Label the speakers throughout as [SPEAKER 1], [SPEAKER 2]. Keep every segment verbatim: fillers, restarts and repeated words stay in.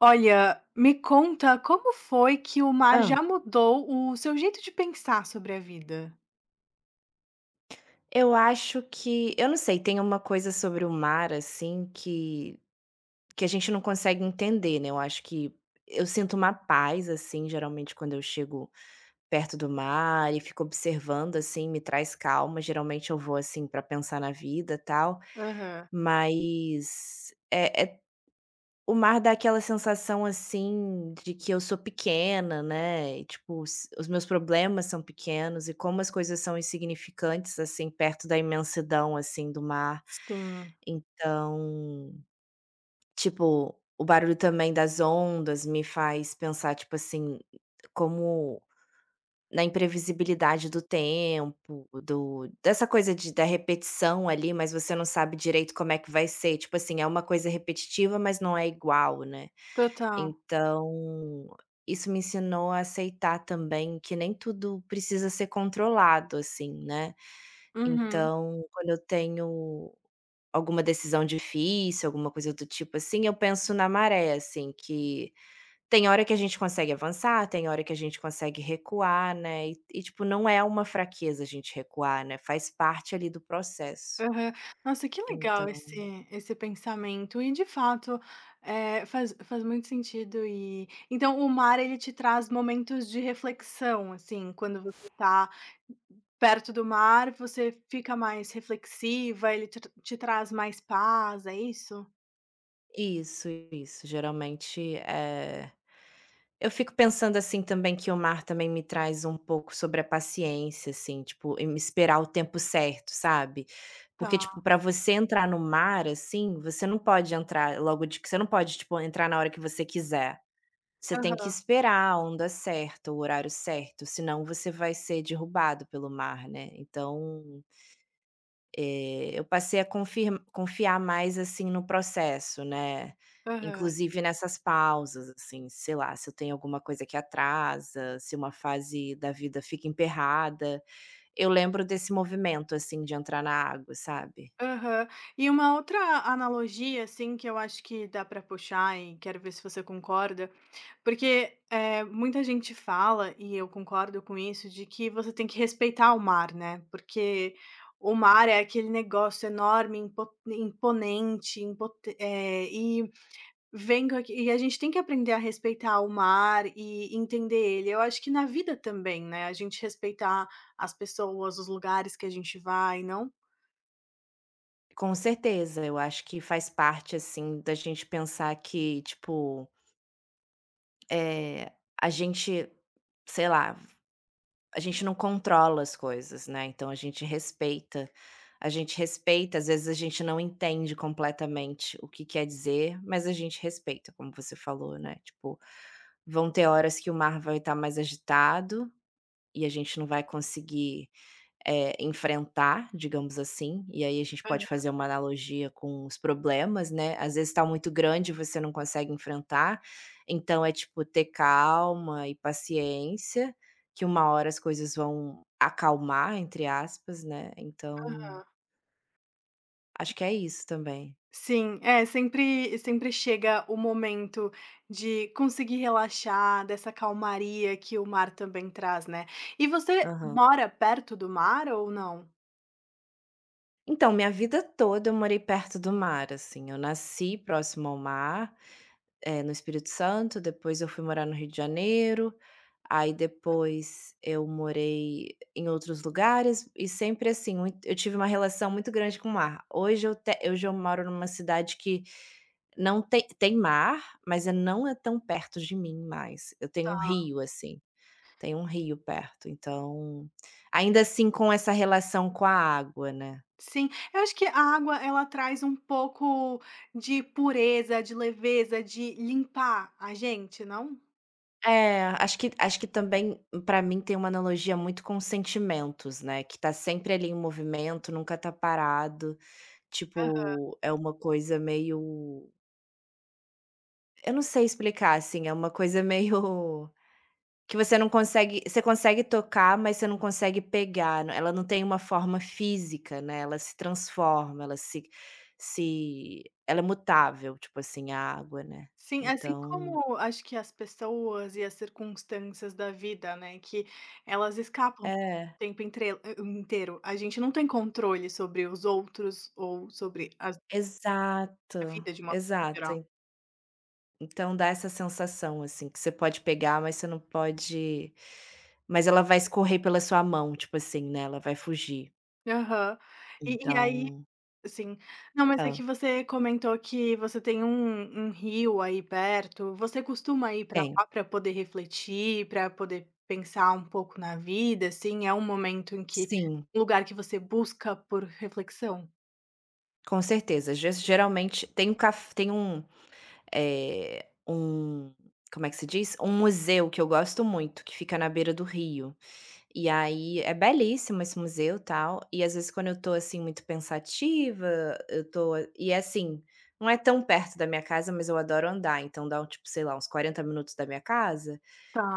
[SPEAKER 1] Olha, me conta como foi que o mar
[SPEAKER 2] Hã.
[SPEAKER 1] já mudou o seu jeito de pensar sobre a vida?
[SPEAKER 2] Eu acho que eu não sei. Tem uma coisa sobre o mar, assim, que que a gente não consegue entender, né. Eu acho que eu sinto uma paz, assim, geralmente quando eu chego perto do mar e fico observando, assim, me traz calma. Geralmente eu vou, assim, pra pensar na vida, tal.
[SPEAKER 1] Aham.
[SPEAKER 2] mas é é O mar dá aquela sensação, assim, de que eu sou pequena, né, e tipo, os os meus problemas são pequenos e como as coisas são insignificantes, assim, perto da imensidão, assim, do mar.
[SPEAKER 1] Sim,
[SPEAKER 2] Então, tipo, o barulho também das ondas me faz pensar, tipo assim, como na imprevisibilidade do tempo, do dessa coisa de da repetição ali, mas você não sabe direito como é que vai ser, tipo assim, é uma coisa repetitiva, mas não é igual, né.
[SPEAKER 1] total.
[SPEAKER 2] Então, isso me ensinou a aceitar também que nem tudo precisa ser controlado, assim, né.
[SPEAKER 1] Uhum,
[SPEAKER 2] Então, quando eu tenho alguma decisão difícil, alguma coisa do tipo assim, eu penso na maré, assim, que tem hora que a gente consegue avançar, tem hora que a gente consegue recuar, né, e e tipo, não é uma fraqueza a gente recuar, né, faz parte ali do processo.
[SPEAKER 1] aham. Nossa, que legal
[SPEAKER 2] Então,
[SPEAKER 1] esse esse pensamento e de fato, eh, faz faz muito sentido. E então o mar, ele te traz momentos de reflexão, assim, quando você tá perto do mar, você fica mais reflexiva, ele te te traz mais paz, é isso?
[SPEAKER 2] isso, isso, geralmente, é eu fico pensando, assim, também que o mar também me traz um pouco sobre a paciência, assim, tipo, em esperar o tempo certo, sabe. Porque, tipo,
[SPEAKER 1] Tá.
[SPEAKER 2] para você entrar no mar, assim, você não pode entrar logo de que você não pode, tipo, entrar na hora que você quiser. Você tem que
[SPEAKER 1] Aham,
[SPEAKER 2] esperar a onda certa, o horário certo, senão você vai ser derrubado pelo mar, né. Então, é, eu passei a confir confiar mais, assim, no processo, né,
[SPEAKER 1] aham.
[SPEAKER 2] inclusive nessas pausas, assim, sei lá, se eu tenho alguma coisa que atrasa, se uma fase da vida fica emperrada, eu lembro desse movimento, assim, de entrar na água, sabe.
[SPEAKER 1] Aham. E uma outra analogia, assim, que eu acho que dá para puxar, e quero ver se você concorda, porque, eh, muita gente fala, e eu concordo com isso, de que você tem que respeitar o mar, né, porque o mar é aquele negócio enorme, impo imponente, impote eh, e vem com aque e a gente tem que aprender a respeitar o mar e entender ele. Eu acho que na vida também, né, a gente respeitar as pessoas, os lugares que a gente vai, não?
[SPEAKER 2] Com certeza, eu acho que faz parte, assim, da gente pensar que, tipo, eh, a gente, sei lá, a gente não controla as coisas, né, então a gente respeita. A gente respeita, às vezes a gente não entende completamente o que quer dizer, mas a gente respeita, como você falou, né, tipo, vão ter horas que o mar vai estar mais agitado e a gente não vai conseguir eh, enfrentar, digamos assim, e aí a gente pode fazer uma analogia com os problemas, né, às vezes está muito grande e você não consegue enfrentar, então é tipo ter calma e paciência, que uma hora as coisas vão "acalmar", entre aspas, né, então acho que é isso também.
[SPEAKER 1] Sim, é, sempre sempre chega o momento de conseguir relaxar, dessa calmaria que o mar também traz, né. E você
[SPEAKER 2] Aham.
[SPEAKER 1] mora perto do mar ou não?
[SPEAKER 2] Então, minha vida toda eu morei perto do mar, assim, eu nasci próximo ao mar. É, no Espírito Santo. Depois eu fui morar no Rio de Janeiro, aí depois eu morei em outros lugares e sempre assim, mui eu tive uma relação muito grande com o mar. Hoje eu te hoje eu moro numa cidade que não tem tem mar, mas é não é tão perto de mim mais. Eu tenho um rio, assim, tem um rio perto, então ainda assim com essa relação com a água, né.
[SPEAKER 1] Sim, eu acho que a água, ela traz um pouco de pureza, de leveza, de limpar a gente, não?
[SPEAKER 2] É, acho que acho que também, pra mim, tem uma analogia muito com sentimentos, né, que tá sempre ali em movimento, nunca tá parado. Tipo, é uma coisa meio, eu não sei explicar, assim, é uma coisa meio que você não consegue você consegue tocar, mas você não consegue pegar, n- ela não tem uma forma física, né, ela se transforma, ela se se ela é mutável, tipo assim, a água, né.
[SPEAKER 1] Sim, assim
[SPEAKER 2] Então,
[SPEAKER 1] como acho que as pessoas e as circunstâncias da vida, né, que elas escapam o
[SPEAKER 2] é,
[SPEAKER 1] tempo entre eh, inteiro. A gente não tem controle sobre os outros ou sobre as a
[SPEAKER 2] exato,
[SPEAKER 1] vida de uma forma geral.
[SPEAKER 2] exato. Então dá essa sensação, assim, que você pode pegar, mas você não pode, mas ela vai escorrer pela sua mão, tipo assim, né, ela vai fugir.
[SPEAKER 1] Aham. E e aí
[SPEAKER 2] Então,
[SPEAKER 1] sim. Não, mas é
[SPEAKER 2] hã,
[SPEAKER 1] que você comentou que você tem um um rio aí perto. Você costuma ir pra
[SPEAKER 2] tenho.
[SPEAKER 1] lá pra poder refletir, pra poder pensar um pouco na vida, assim? É um momento em que
[SPEAKER 2] Sim,
[SPEAKER 1] um lugar que você busca por reflexão?
[SPEAKER 2] com certeza. Ge Geralmente tem um caf tem um, eh, um, como é que se diz? Um museu que eu gosto muito, que fica na beira do rio. E aí é belíssimo esse museu, tal, e às vezes quando eu tô, assim, muito pensativa, eu tô e é assim, não é tão perto da minha casa, mas eu adoro andar, então dá um, tipo, sei lá, uns quarenta minutos da minha casa,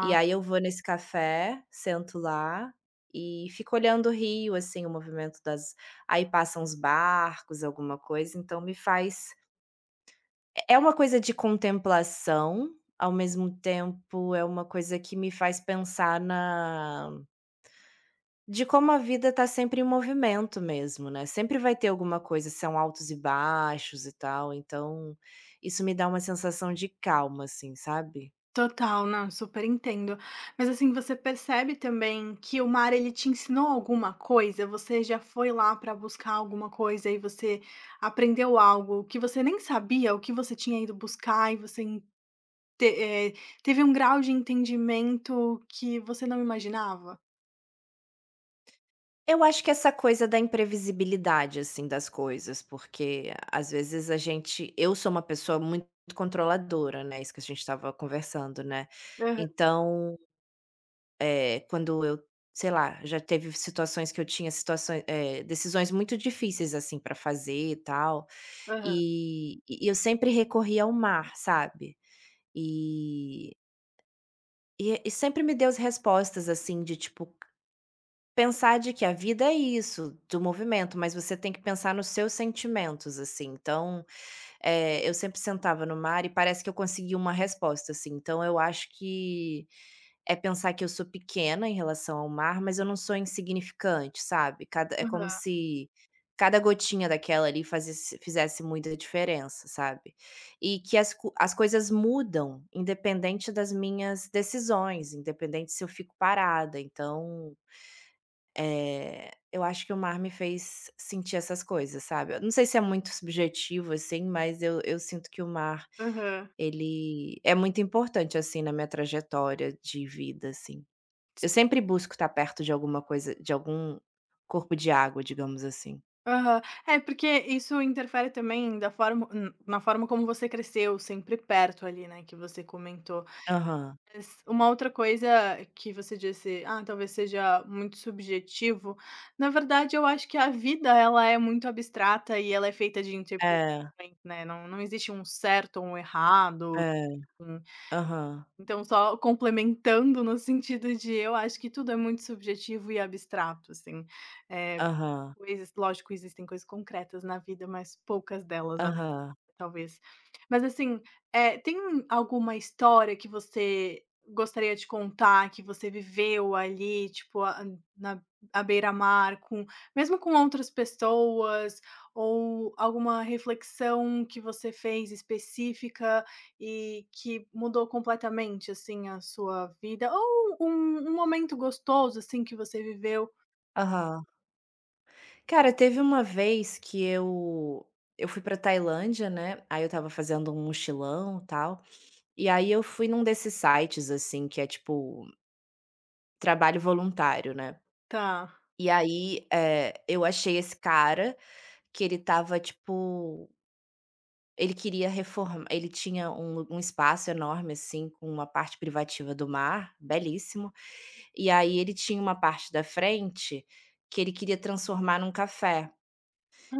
[SPEAKER 2] e aí eu vou nesse café, sento lá e fico olhando o rio, assim, o movimento das, aí passam os barcos, alguma coisa, então me faz, é uma coisa de contemplação, ao mesmo tempo é uma coisa que me faz pensar na, de como a vida tá sempre em movimento mesmo, né, sempre vai ter alguma coisa, são altos e baixos e tal, então isso me dá uma sensação de calma, assim, sabe.
[SPEAKER 1] total, não, super entendo. Mas assim, você percebe também que o mar, ele te ensinou alguma coisa? Você já foi lá para buscar alguma coisa e você aprendeu algo que você nem sabia, o que você tinha ido buscar, e você en- te- eh, teve um grau de entendimento que você não imaginava?
[SPEAKER 2] Eu acho que essa coisa da imprevisibilidade, assim, das coisas, porque às vezes a gente eu sou uma pessoa muito controladora, né, isso que a gente estava conversando, né.
[SPEAKER 1] Aham,
[SPEAKER 2] Então, eh, quando eu, sei lá, já teve situações que eu tinha situações eh, decisões muito difíceis, assim, para fazer e tal.
[SPEAKER 1] aham,
[SPEAKER 2] E e eu sempre recorri ao mar, sabe. E e e sempre me deu as respostas, assim, de tipo, pensar de que a vida é isso, do movimento, mas você tem que pensar nos seus sentimentos, assim. Então, eh, eu sempre sentava no mar e parece que eu consegui uma resposta, assim. Então eu acho que é pensar que eu sou pequena em relação ao mar, mas eu não sou insignificante, sabe. Cada É como
[SPEAKER 1] aham,
[SPEAKER 2] se cada gotinha daquela ali fazesse fizesse muita diferença, sabe. E que as co as coisas mudam independente das minhas decisões, independente se eu fico parada. Então, eh, eu acho que o mar me fez sentir essas coisas, sabe. Eu não sei se é muito subjetivo, assim, mas eu eu sinto que o mar,
[SPEAKER 1] aham.
[SPEAKER 2] ele é muito importante, assim, na minha trajetória de vida, assim. Eu sempre busco estar perto de alguma coisa de algum corpo de água, digamos assim.
[SPEAKER 1] É, porque isso interfere também da forma, n- na forma como você cresceu, sempre perto ali, né, que você comentou.
[SPEAKER 2] Aham.
[SPEAKER 1] Mas uma outra coisa que você disse: "Ah, talvez seja muito subjetivo", na verdade eu acho que a vida, ela é muito abstrata e ela é feita de
[SPEAKER 2] É,
[SPEAKER 1] interpretações, né, não não existe um certo ou um errado.
[SPEAKER 2] é.
[SPEAKER 1] Hum.
[SPEAKER 2] Aham,
[SPEAKER 1] Então só complementando no sentido de eu acho que tudo é muito subjetivo e abstrato, assim, é,
[SPEAKER 2] aham,
[SPEAKER 1] coisas lógico, existem coisas concretas na vida, mas poucas delas.
[SPEAKER 2] aham,
[SPEAKER 1] Talvez. Mas assim, é tem alguma história que você gostaria de contar, que você viveu ali, tipo, a na à beira-mar com mesmo com outras pessoas, ou alguma reflexão que você fez específica e que mudou completamente, assim, a sua vida, ou um um momento gostoso, assim, que você viveu?
[SPEAKER 2] aham. Cara, teve uma vez que eu eu fui pra Tailândia, né, aí eu estava fazendo um mochilão, tal, e aí eu fui num desses sites, assim, que é tipo trabalho voluntário, né.
[SPEAKER 1] Tá.
[SPEAKER 2] E aí, eh, eu achei esse cara que ele tava tipo, ele queria reformar. Ele tinha um lu um espaço enorme, assim, com uma parte privativa do mar, belíssimo, e aí ele tinha uma parte da frente que ele queria transformar num café.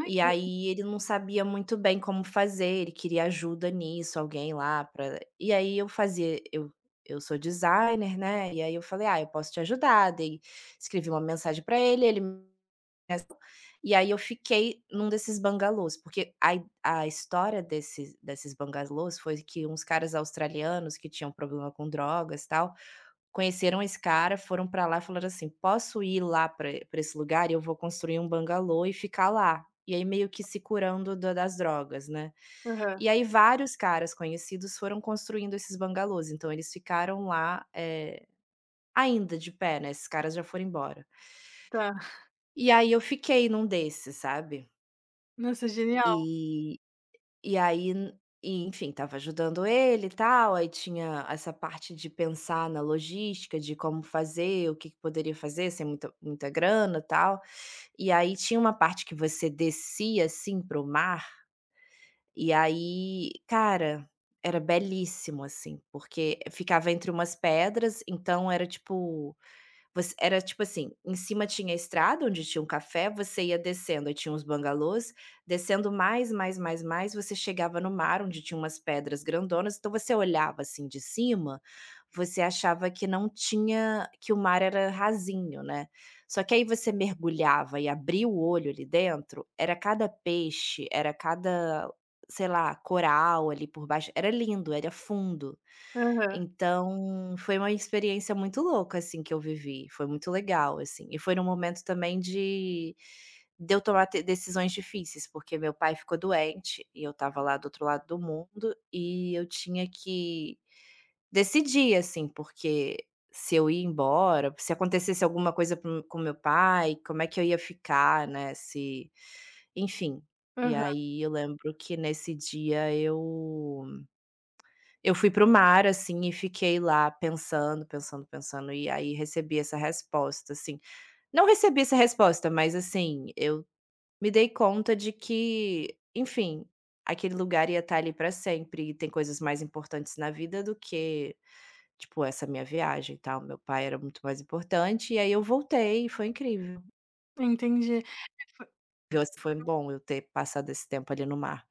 [SPEAKER 1] Ai
[SPEAKER 2] E
[SPEAKER 1] que le
[SPEAKER 2] aí ele não sabia muito bem como fazer, ele queria ajuda nisso, alguém lá para. E aí eu fazia, eu eu sou designer, né, e aí eu falei: "Ah, eu posso te ajudar", dei escrevi uma mensagem para ele, ele, e aí eu fiquei num desses bangalôs, porque a i a história desses desses bangalôs foi que uns caras australianos que tinham problema com drogas, e tal, conheceram esse cara, foram pra lá e falaram assim: "Posso ir lá pra pra esse lugar e eu vou construir um bangalô e ficar lá". E aí meio que se curando da das drogas, né.
[SPEAKER 1] aham,
[SPEAKER 2] E aí vários caras conhecidos foram construindo esses bangalôs, então eles ficaram lá, eh, ainda de pé, né. Esses caras já foram embora.
[SPEAKER 1] tá.
[SPEAKER 2] E aí eu fiquei num desses, sabe.
[SPEAKER 1] Nossa, genial.
[SPEAKER 2] E e aí n e enfim, estava ajudando ele e tal, aí tinha essa parte de pensar na logística, de como fazer, o que que poderia fazer sem muita muita grana, e tal. E aí tinha uma parte que você descia, assim, para o mar, e aí, cara, era belíssimo, assim, porque ficava entre umas pedras, então era tipo, você era tipo assim, em cima tinha a estrada onde tinha um café, você ia descendo, aí tinha uns bangalôs, descendo mais, mais, mais, mais, você chegava no mar onde tinha umas pedras grandonas, então você olhava assim de cima, você achava que não tinha, que o mar era rasinho, né. Só que aí você mergulhava e abria o olho ali dentro, era cada peixe, era cada, sei lá, coral ali por baixo, era lindo, era fundo.
[SPEAKER 1] Aham,
[SPEAKER 2] Então, foi uma experiência muito louca, assim, que eu vivi, foi muito legal, assim, e foi num momento também de de eu tomar te decisões difíceis, porque meu pai ficou doente e eu estava lá do outro lado do mundo e eu tinha que decidir, assim, porque se eu ia embora, se acontecesse alguma coisa com com meu pai, como é que eu ia ficar, né, se, enfim. E
[SPEAKER 1] aham,
[SPEAKER 2] aí eu lembro que nesse dia eu eu fui para o mar, assim, e fiquei lá pensando, pensando, pensando, e aí recebi essa resposta, assim. Não recebi essa resposta, mas assim, eu me dei conta de que, enfim, aquele lugar ia estar ali para sempre, e tem coisas mais importantes na vida do que, tipo, essa minha viagem e tal. Meu pai era muito mais importante, e aí eu voltei e foi incrível.
[SPEAKER 1] entendi.
[SPEAKER 2] Eu Foi bom eu ter passado esse tempo ali no mar.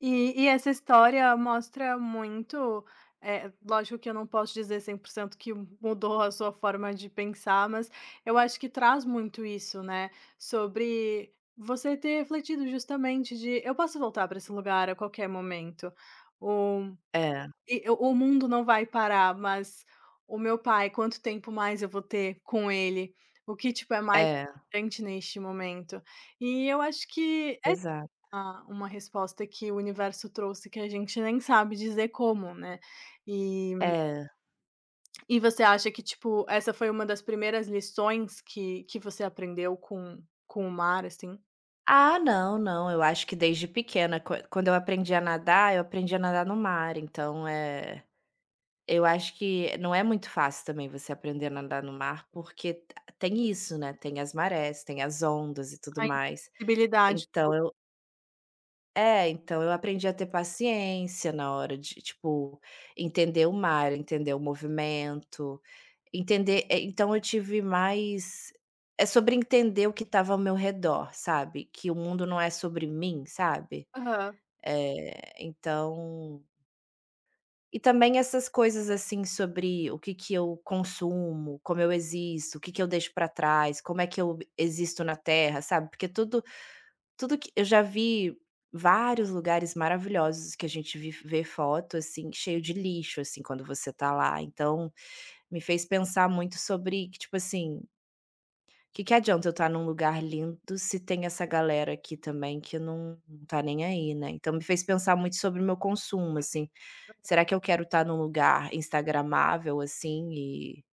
[SPEAKER 1] E e essa história mostra muito, eh, lógico que eu não posso dizer cem por cento que mudou a sua forma de pensar, mas eu acho que traz muito isso, né, sobre você ter refletido justamente de: "Eu posso voltar para esse lugar a qualquer momento. O
[SPEAKER 2] É,
[SPEAKER 1] e eu- o mundo não vai parar, mas o meu pai, quanto tempo mais eu vou ter com ele? O que, tipo, é mais
[SPEAKER 2] é,
[SPEAKER 1] importante neste momento?". E eu acho que é
[SPEAKER 2] exato.
[SPEAKER 1] uma uma resposta que o universo trouxe que a gente nem sabe dizer como, né. E
[SPEAKER 2] É.
[SPEAKER 1] e você acha que, tipo, essa foi uma das primeiras lições que que você aprendeu com com o mar, assim?
[SPEAKER 2] Ah, não, não, eu acho que desde pequena, quan quando eu aprendi a nadar, eu aprendi a nadar no mar, então, é. Eu acho que não é muito fácil também você aprender a nadar no mar, porque t tem isso, né, tem as marés, tem as ondas e tudo
[SPEAKER 1] A
[SPEAKER 2] mais.
[SPEAKER 1] invisibilidade.
[SPEAKER 2] Então eu é, então eu aprendi a ter paciência na hora de, tipo, entender o mar, entender o movimento, entender eh, então eu tive mais, é sobre entender o que estava ao meu redor, sabe, que o mundo não é sobre mim, sabe. Eh, então, e também essas coisas, assim, sobre o que que eu consumo, como eu existo, o que que eu deixo para trás, como é que eu existo na Terra, sabe, porque tudo tudo que eu já vi, vários lugares maravilhosos que a gente vi vê foto, assim, cheio de lixo, assim, quando você tá lá, então me fez pensar muito sobre que, tipo assim, que que adianta eu estar num lugar lindo se tem essa galera aqui também que não não tá nem aí, né. Então me fez pensar muito sobre o meu consumo, assim, será que eu quero estar num lugar instagramável, assim, e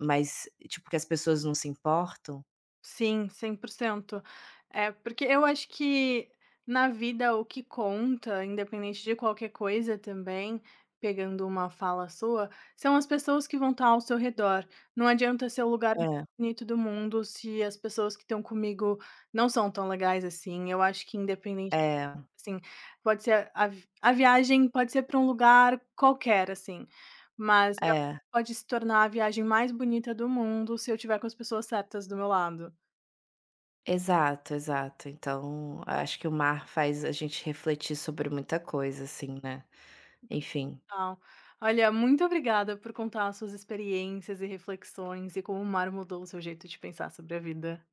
[SPEAKER 2] mas tipo que as pessoas não se importam?
[SPEAKER 1] Sim, cem por cento. É, porque eu acho que na vida o que conta, independente de qualquer coisa também, pegando uma fala sua, são as pessoas que vão estar ao seu redor. Não adianta ser o lugar mais
[SPEAKER 2] É,
[SPEAKER 1] bonito do mundo se as pessoas que estão comigo não são tão legais assim. Eu acho que independente,
[SPEAKER 2] é,
[SPEAKER 1] assim, pode ser a, vi- a viagem pode ser para um lugar qualquer, assim, mas ela
[SPEAKER 2] é.
[SPEAKER 1] pode se tornar a viagem mais bonita do mundo se eu tiver com as pessoas certas do meu lado.
[SPEAKER 2] Exato, exato. Então, acho que o mar faz a gente refletir sobre muita coisa, assim, né. Enfim.
[SPEAKER 1] Total. Olha, muito obrigada por contar as suas experiências e reflexões e como o mar mudou o seu jeito de pensar sobre a vida.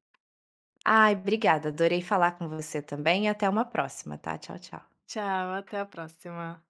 [SPEAKER 2] Ai, obrigada, adorei falar com você também e até uma próxima, tá. Tchau, tchau.
[SPEAKER 1] Tchau, até a próxima.